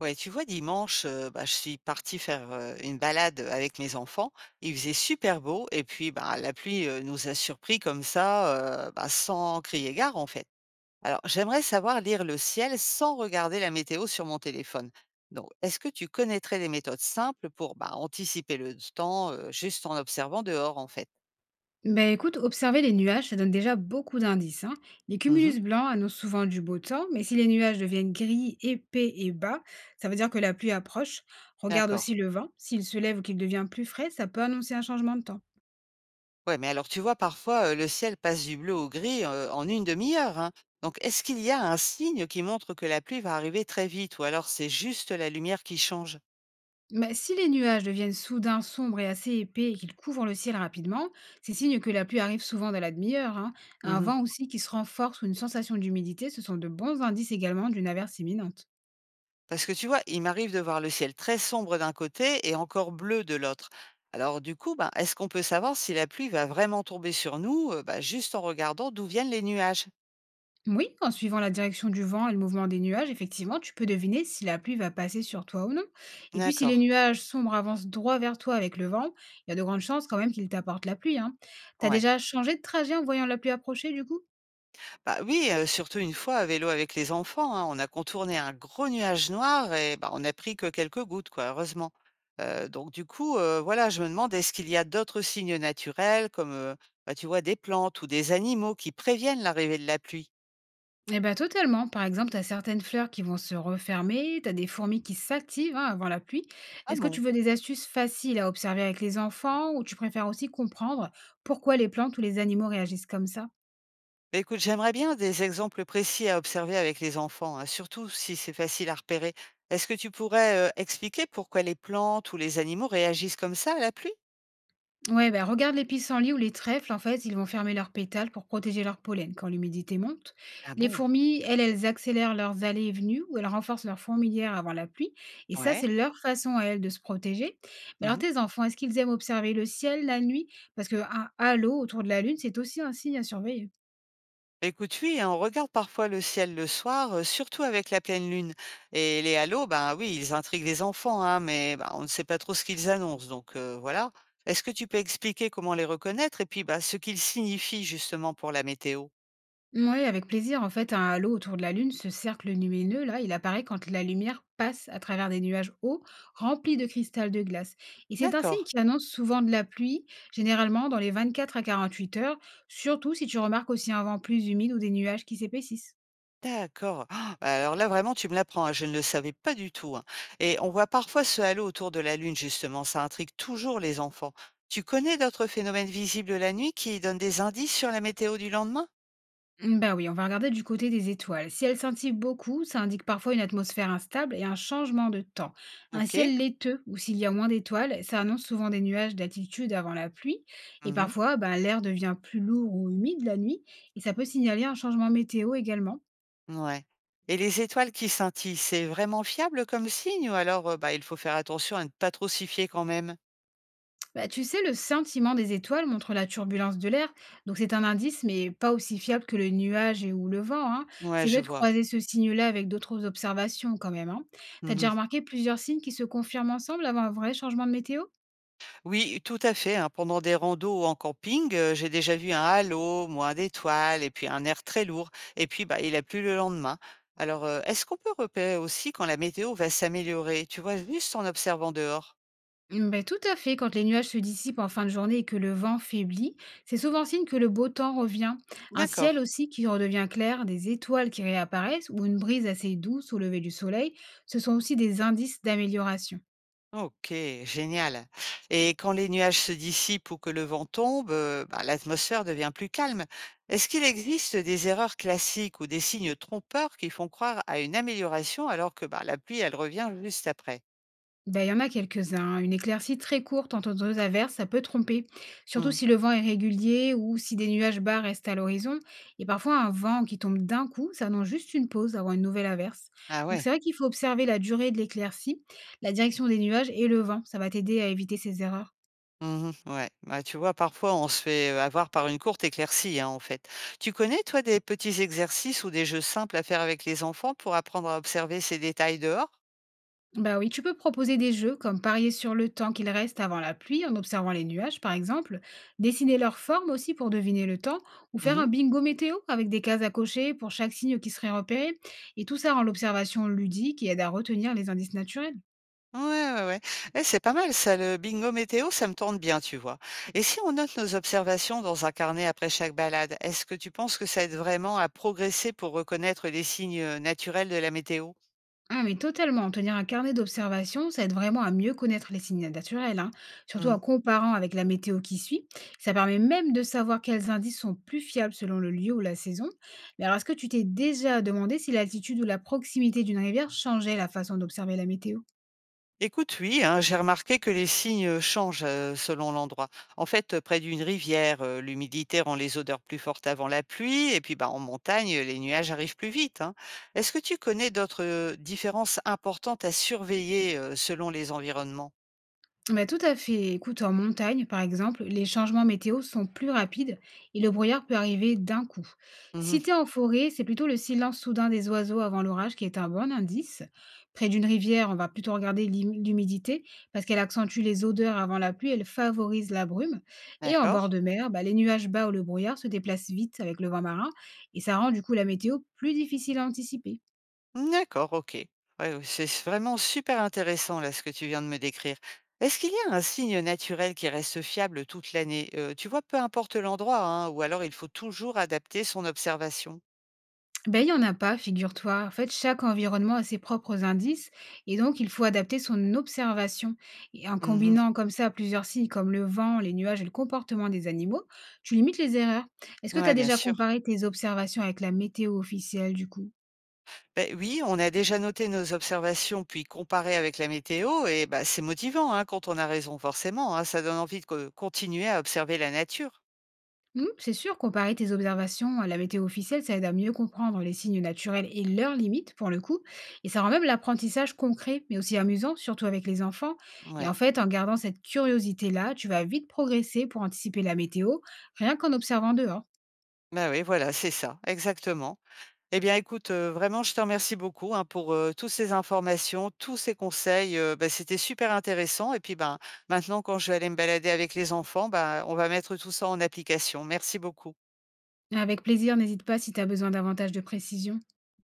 Ouais, tu vois, dimanche, je suis partie faire, une balade, avec mes enfants. Il faisait super beau et puis, bah, la pluie, nous a surpris comme ça, bah, sans crier gare, en fait. Alors, j'aimerais savoir lire le ciel sans regarder la météo sur mon téléphone. Donc, est-ce que tu connaîtrais des méthodes simples pour, bah, anticiper le temps, juste en observant dehors, en fait? Ben écoute, observer les nuages, ça donne déjà beaucoup d'indices, hein. Les Mmh. cumulus blancs annoncent souvent du beau temps, mais si les nuages deviennent gris, épais et bas, ça veut dire que la pluie approche. Regarde D'accord. aussi le vent. S'il se lève ou qu'il devient plus frais, ça peut annoncer un changement de temps. Ouais, mais alors tu vois, parfois, le ciel passe du bleu au gris, en une demi heure, hein. Donc est-ce qu'il y a un signe qui montre que la pluie va arriver très vite ou alors c'est juste la lumière qui change? Mais si les nuages deviennent soudain sombres et assez épais et qu'ils couvrent le ciel rapidement, c'est signe que la pluie arrive souvent dans la demi-heure, hein. Un Mmh. vent aussi qui se renforce ou une sensation d'humidité, ce sont de bons indices également d'une averse imminente. Parce que tu vois, il m'arrive de voir le ciel très sombre d'un côté et encore bleu de l'autre. Alors du coup, ben, est-ce qu'on peut savoir si la pluie va vraiment tomber sur nous, bah, juste en regardant d'où viennent les nuages? Oui, en suivant la direction du vent et le mouvement des nuages, effectivement, tu peux deviner si la pluie va passer sur toi ou non. Et puis, si les D'accord, nuages sombres avancent droit vers toi avec le vent, il y a de grandes chances quand même qu'ils t'apportent la pluie, hein. T'as ouais. déjà changé de trajet en voyant la pluie approcher, du coup? Bah oui, surtout une fois à vélo avec les enfants, hein, on a contourné un gros nuage noir et bah, on n'a pris que quelques gouttes quoi, heureusement. Donc du coup, voilà, je me demande est-ce qu'il y a d'autres signes naturels comme, bah, tu vois des plantes ou des animaux qui préviennent l'arrivée de la pluie? Eh bien, totalement. Par exemple, t'as certaines fleurs qui vont se refermer, t'as des fourmis qui s'activent, hein, avant la pluie. Ah Est-ce que tu bon? veux des astuces faciles à observer avec les enfants ou tu préfères aussi comprendre pourquoi les plantes ou les animaux réagissent comme ça? Bah, écoute, j'aimerais bien des exemples précis à observer avec les enfants, hein, surtout si c'est facile à repérer. Est-ce que tu pourrais, expliquer pourquoi les plantes ou les animaux réagissent comme ça à la pluie? Regarde les pissenlits ou les trèfles, ils vont fermer leurs pétales pour protéger leur pollen quand l'humidité monte. Ah Les bon? fourmis, elles, elles accélèrent leurs allées et venues ou elles renforcent leur fourmilière avant la pluie. Et ça, Ouais. c'est leur façon à elles de se protéger. Mais alors, Mmh. tes enfants, est-ce qu'ils aiment observer le ciel la nuit? Parce qu'un halo autour de la Lune, c'est aussi un signe à surveiller. Écoute, oui, hein, on regarde parfois le ciel le soir, surtout avec la pleine lune. Et les halos, ben oui, ils intriguent les enfants, hein, mais ben, on ne sait pas trop ce qu'ils annoncent, donc voilà. Est-ce que tu peux expliquer comment les reconnaître et puis bah, ce qu'ils signifient justement pour la météo? Oui, avec plaisir. Un halo autour de la Lune, ce cercle lumineux, là, il apparaît quand la lumière passe à travers des nuages hauts remplis de cristal de glace. Et c'est un D'accord, signe qui annonce souvent de la pluie, généralement dans les 24 à 48 heures, surtout si tu remarques aussi un vent plus humide ou des nuages qui s'épaississent. d'accord. Ah, bah alors là, vraiment, tu me l'apprends, hein, je ne le savais pas du tout, hein. Et on voit parfois ce halo autour de la lune, justement, ça intrigue toujours les enfants. Tu connais d'autres phénomènes visibles la nuit qui donnent des indices sur la météo du lendemain? Oui, on va regarder du côté des étoiles. Si elles scintillent beaucoup, ça indique parfois une atmosphère instable et un changement de temps. Un Ok. ciel laiteux ou s'il y a moins d'étoiles, ça annonce souvent des nuages d'altitude avant la pluie. Et parfois, ben, l'air devient plus lourd ou humide la nuit et ça peut signaler un changement météo également. Ouais, et les étoiles qui scintillent, c'est vraiment fiable comme signe ou alors, bah, il faut faire attention à ne pas trop s'y fier quand même? Bah, tu sais, le sentiment des étoiles montre la turbulence de l'air, donc c'est un indice, mais pas aussi fiable que le nuage et ou le vent, hein. Ouais, C'est je mieux de vois. croiser ce signe-là avec d'autres observations quand même, hein. T'as déjà Mmh. remarqué plusieurs signes qui se confirment ensemble avant un vrai changement de météo? Oui, tout à fait, hein, pendant des randos ou en camping, j'ai déjà vu un halo, moins d'étoiles et puis un air très lourd et puis, bah, il a plu le lendemain. Alors, est-ce qu'on peut repérer aussi quand la météo va s'améliorer, tu vois, juste en observant dehors? Tout à fait, quand les nuages se dissipent en fin de journée et que le vent faiblit, c'est souvent signe que le beau temps revient. Un D'accord. ciel aussi qui redevient clair, des étoiles qui réapparaissent ou une brise assez douce au lever du soleil, ce sont aussi des indices d'amélioration. OK, génial. Et quand les nuages se dissipent ou que le vent tombe, bah, l'atmosphère devient plus calme. Est-ce qu'il existe des erreurs classiques ou des signes trompeurs qui font croire à une amélioration alors que, bah, la pluie, elle revient juste après? Ben, il y en a quelques-uns, hein. Une éclaircie très courte entre deux averses, ça peut tromper, surtout Mmh. si le vent est régulier ou si des nuages bas restent à l'horizon. Et parfois, un vent qui tombe d'un coup, ça annonce juste une pause avant une nouvelle averse. Ah Donc, c'est ouais. vrai qu'il faut observer la durée de l'éclaircie, la direction des nuages et le vent. Ça va t'aider à éviter ces erreurs. Mmh. Ouais. Bah, tu vois, parfois, on se fait, avoir par une courte éclaircie, hein, en fait. Tu connais, toi, des petits exercices ou des jeux simples à faire avec les enfants pour apprendre à observer ces détails dehors? Bah oui, tu peux proposer des jeux comme parier sur le temps qu'il reste avant la pluie en observant les nuages, par exemple, dessiner leur forme aussi pour deviner le temps, ou faire Mmh. un bingo météo avec des cases à cocher pour chaque signe qui serait repéré. Et tout ça rend l'observation ludique et aide à retenir les indices naturels. Ouais, ouais, ouais. Eh, c'est pas mal ça, le bingo météo, ça me tourne bien, tu vois. Et si on note nos observations dans un carnet après chaque balade, est-ce que tu penses que ça aide vraiment à progresser pour reconnaître les signes naturels de la météo? Ah mais totalement, tenir un carnet d'observation, ça aide vraiment à mieux connaître les signes naturels, hein, surtout Hmm. en comparant avec la météo qui suit. Ça permet même de savoir quels indices sont plus fiables selon le lieu ou la saison. Mais alors, est-ce que tu t'es déjà demandé si l'altitude ou la proximité d'une rivière changeait la façon d'observer la météo? Écoute, oui, hein, j'ai remarqué que les signes changent selon l'endroit. En fait, près d'une rivière, l'humidité rend les odeurs plus fortes avant la pluie, et puis bah, en montagne, les nuages arrivent plus vite, hein. Est-ce que tu connais d'autres différences importantes à surveiller selon les environnements? Bah, tout à fait. Écoute, en montagne, par exemple, les changements météo sont plus rapides et le brouillard peut arriver d'un coup. Si t'es en forêt, c'est plutôt le silence soudain des oiseaux avant l'orage qui est un bon indice. Près d'une rivière, on va plutôt regarder l'humidité parce qu'elle accentue les odeurs avant la pluie, elle favorise la brume. Et en D'accord. bord de mer, bah, les nuages bas ou le brouillard se déplacent vite avec le vent marin et ça rend du coup la météo plus difficile à anticiper. D'accord, OK. Ouais, ouais, c'est vraiment super intéressant là, ce que tu viens de me décrire. Est-ce qu'il y a un signe naturel qui reste fiable toute l'année? Tu vois, peu importe l'endroit, hein, ou alors il faut toujours adapter son observation? Ben il y en a pas, figure-toi. Chaque environnement a ses propres indices et donc il faut adapter son observation. Et en Mmh. combinant comme ça plusieurs signes comme le vent, les nuages et le comportement des animaux, tu limites les erreurs. Est-ce que tu Ouais, as bien déjà sûr. comparé tes observations avec la météo officielle, du coup? Ben oui, on a déjà noté nos observations puis comparé avec la météo et bah, c'est motivant, hein, quand on a raison forcément, hein, ça donne envie de co continuer à observer la nature. Mmh, c'est sûr, comparer tes observations à la météo officielle, ça aide à mieux comprendre les signes naturels et leurs limites, pour le coup. Et ça rend même l'apprentissage concret, mais aussi amusant, surtout avec les enfants. Ouais. En gardant cette curiosité-là, tu vas vite progresser pour anticiper la météo, rien qu'en observant dehors. Ben oui, voilà, c'est ça, exactement. Eh bien, écoute, vraiment, je te remercie beaucoup, hein, pour, toutes ces informations, tous ces conseils, bah, c'était super intéressant et puis, ben, maintenant quand je vais aller me balader avec les enfants, ben, on va mettre tout ça en application. Merci beaucoup. Avec plaisir, n'hésite pas si tu as besoin davantage de précision.